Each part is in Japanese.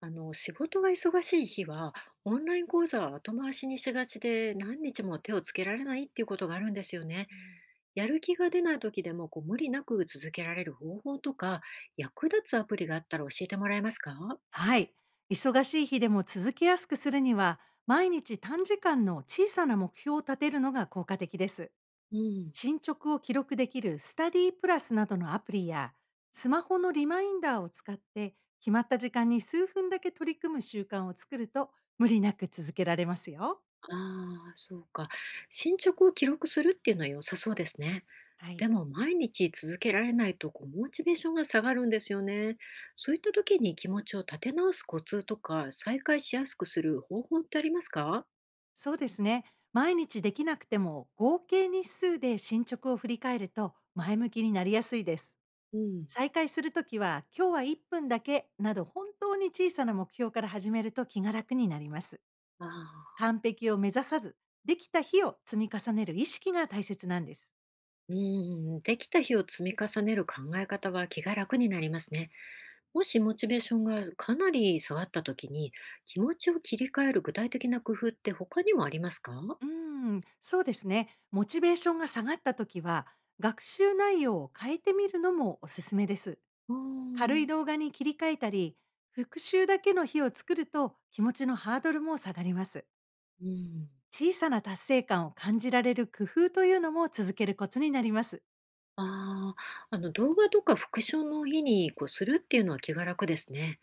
仕事が忙しい日は、オンライン講座は後回しにしがちで、何日も手をつけられないっていうことがあるんですよね。やる気が出ない時でも、無理なく続けられる方法とか、役立つアプリがあったら教えてもらえますか？はい。忙しい日でも続けやすくするには、毎日短時間の小さな目標を立てるのが効果的です。うん。進捗を記録できるスタディプラスなどのアプリや、スマホのリマインダーを使って、決まった時間に数分だけ取り組む習慣を作ると、無理なく続けられますよ。ああ、そうか。進捗を記録するっていうのは良さそうですね。はい。でも、毎日続けられないと、モチベーションが下がるんですよね。そういった時に気持ちを立て直すコツとか、再開しやすくする方法ってありますか？そうですね。毎日できなくても、合計日数で進捗を振り返ると、前向きになりやすいです。うん。再開するときは、今日は1分だけなど本当に小さな目標から始めると気が楽になります。ああ。完璧を目指さず、できた日を積み重ねる意識が大切なんです。うん、できた日を積み重ねる考え方は気が楽になりますね。もしモチベーションがかなり下がった時に、気持ちを切り替える具体的な工夫って他にもありますか？うーん、そうですね。モチベーションが下がったときは、学習内容を変えてみるのもおすすめです。あ軽ー。い動画に切り替えたり、復習だけの日を作ると気持ちのハードルも下がります。うん。小さな達成感を感じられる工夫というのも続けるコツになります。ああ、あの動画とか復唱の日にこうするっていうのは気が楽ですね。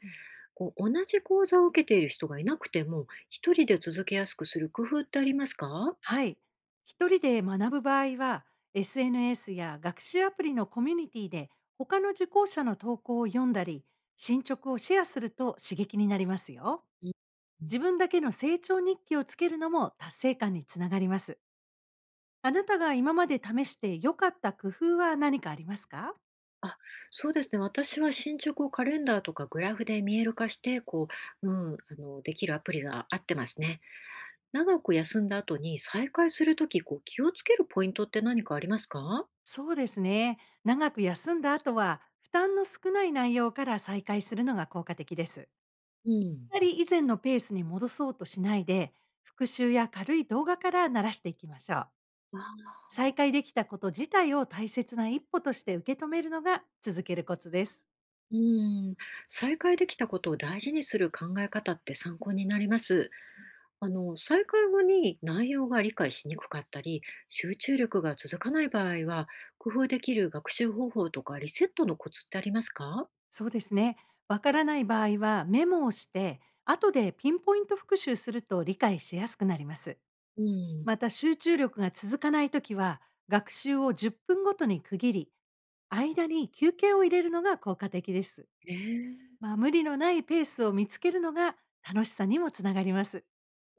同じ講座を受けている人がいなくても、一人で続けやすくする工夫ってありますか？はい。一人で学ぶ場合は、SNS や学習アプリのコミュニティで他の受講者の投稿を読んだり、進捗をシェアすると刺激になりますよ。うん。自分だけの成長日記をつけるのも達成感につながります。あなたが今まで試して良かった工夫は何かありますか？あ、そうですね。私は進捗をカレンダーとかグラフで見える化して、うん、できるアプリが合ってますね。長く休んだ後に再開するとき、気をつけるポイントって何かありますか？そうですね。長く休んだ後は、負担の少ない内容から再開するのが効果的です。うん。あまり以前のペースに戻そうとしないで、復習や軽い動画から慣らしていきましょう。あ、再開できたこと自体を大切な一歩として受け止めるのが続けるコツです。うん。再開できたことを大事にする考え方って参考になります。再開後に内容が理解しにくかったり、集中力が続かない場合は、工夫できる学習方法とかリセットのコツってありますか？そうですね。わからない場合はメモをして、後でピンポイント復習すると理解しやすくなります。うん。また集中力が続かないときは、学習を10分ごとに区切り、間に休憩を入れるのが効果的です。ええ。まあ、無理のないペースを見つけるのが楽しさにもつながります。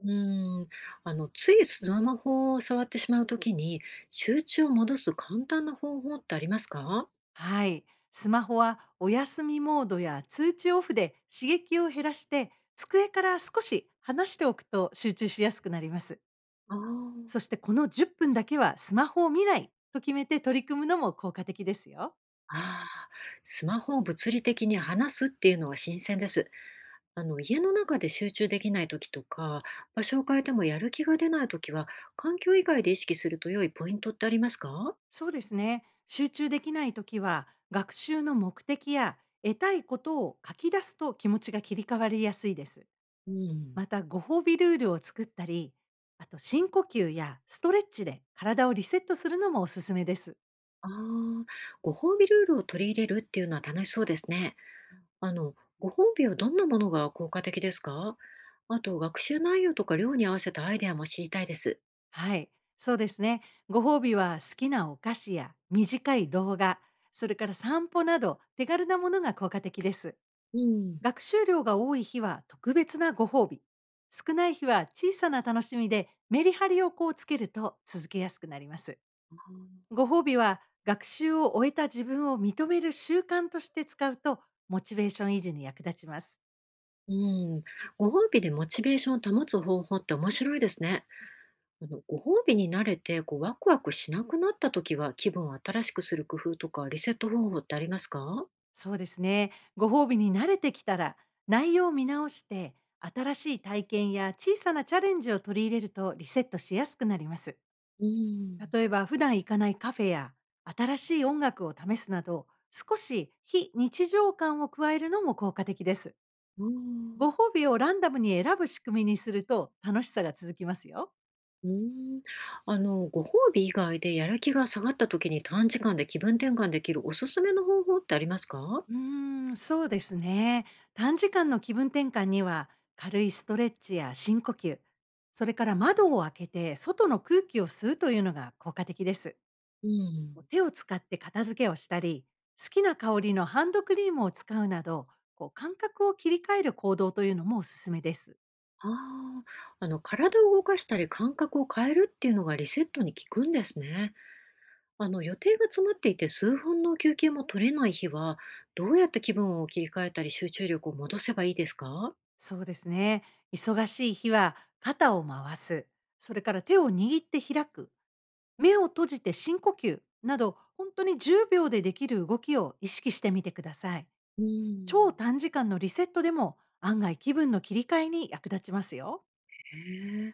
うーん、ついスマホを触ってしまうときに、集中を戻す簡単な方法ってありますか？はい。スマホはお休みモードや通知オフで刺激を減らして、机から少し離しておくと集中しやすくなります。あー、あそしー。てこの10分だけはスマホを見ないと決めて取り組むのも効果的ですよ。あ、スマホを物理的に離すっていうのは新鮮です。家の中で集中できないときとか、場所を変えてもやる気が出ないときは、環境以外で意識すると良いポイントってありますか？そうですね。集中できないときは、学習の目的や得たいことを書き出すと気持ちが切り替わりやすいです。うん。また、ご褒美ルールを作ったり、あと深呼吸やストレッチで体をリセットするのもおすすめです。ああ、ご褒美ルールを取り入れるっていうのは楽しそうですね。ご褒美はどんなものが効果的ですか？あと、学習内容とか量に合わせたアイデアも知りたいです。はい、そうですね。ご褒美は好きなお菓子や短い動画、それから散歩など手軽なものが効果的です。うん。学習量が多い日は特別なご褒美、少ない日は小さな楽しみでメリハリをこうつけると続けやすくなります。ご褒美は学習を終えた自分を認める習慣として使うとモチベーション維持に役立ちます。うん、ご褒美でモチベーションを保つ方法って面白いですね。ご褒美に慣れてワクワクしなくなった時は気分を新しくする工夫とかリセット方法ってありますか？そうですね。ご褒美に慣れてきたら、内容を見直して、新しい体験や小さなチャレンジを取り入れるとリセットしやすくなります。うん。例えば、普段行かないカフェや、新しい音楽を試すなど、少し非日常感を加えるのも効果的です。うーん。ご褒美をランダムに選ぶ仕組みにすると楽しさが続きますよ。うん。ご褒美以外でやる気が下がった時に短時間で気分転換できるおすすめの方法ってありますか？うーん、そうですね。短時間の気分転換には、軽いストレッチや深呼吸、それから窓を開けて外の空気を吸うというのが効果的です。うん。手を使って片付けをしたり、好きな香りのハンドクリームを使うなど、こう感覚を切り替える行動というのもおすすめです。ああ、体を動かしたり感覚を変えるっていうのがリセットに効くんですね。予定が詰まっていて数分の休憩も取れない日は、どうやって気分を切り替えたり集中力を戻せばいいですか？そうですね。忙しい日は肩を回す、それから手を握って開く、目を閉じて深呼吸など、本当に10秒でできる動きを意識してみてください。うー超ん。短時間のリセットでも案外気分の切り替えに役立ちますよ。へえ、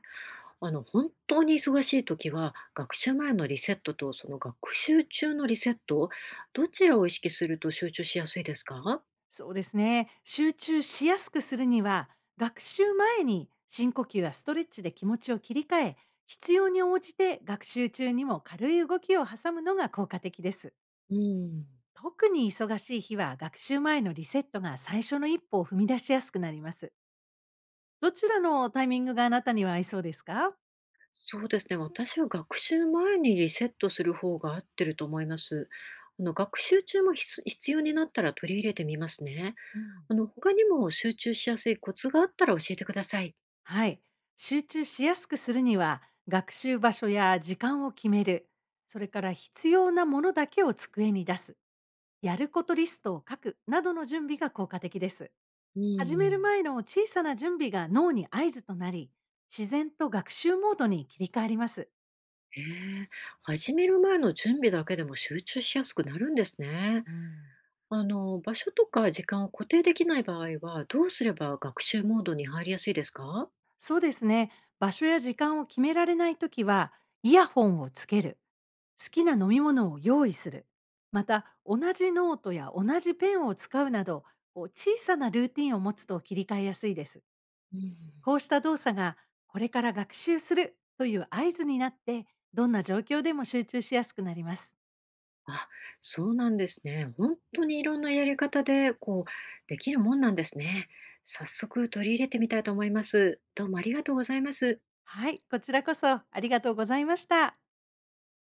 本当に忙しい時は、学習前のリセットとその学習中のリセット、どちらを意識すると集中しやすいですか？そうですね。集中しやすくするには、学習前に深呼吸やストレッチで気持ちを切り替え、必要に応じて学習中にも軽い動きを挟むのが効果的です。うん。特に忙しい日は学習前のリセットが最初の一歩を踏み出しやすくなります。どちらのタイミングがあなたには合いそうですか？そうですね、私は学習前にリセットする方が合ってると思います。学習中も必要になったら取り入れてみますね。うん。他にも集中しやすいコツがあったら教えてください。はい。集中しやすくするには、学習場所や時間を決める、それから必要なものだけを机に出す、やることリストを書くなどの準備が効果的です。う始めるん。前の小さな準備が脳に合図となり、自然と学習モードに切り替わります。ええ、始める前の準備だけでも集中しやすくなるんですね。うん。場所とか時間を固定できない場合はどうすれば学習モードに入りやすいですか？そうですね。場所や時間を決められないときは、イヤホンをつける。好きな飲み物を用意する、また同じノートや同じペンを使うなど、こう小さなルーティンを持つと切り替えやすいです。うん。こうした動作がこれから学習するという合図になって、どんな状況でも集中しやすくなります。あ、そうなんですね。本当にいろんなやり方で、できるもんなんですね。早速取り入れてみたいと思います。どうもありがとうございます。はい、こちらこそありがとうございました。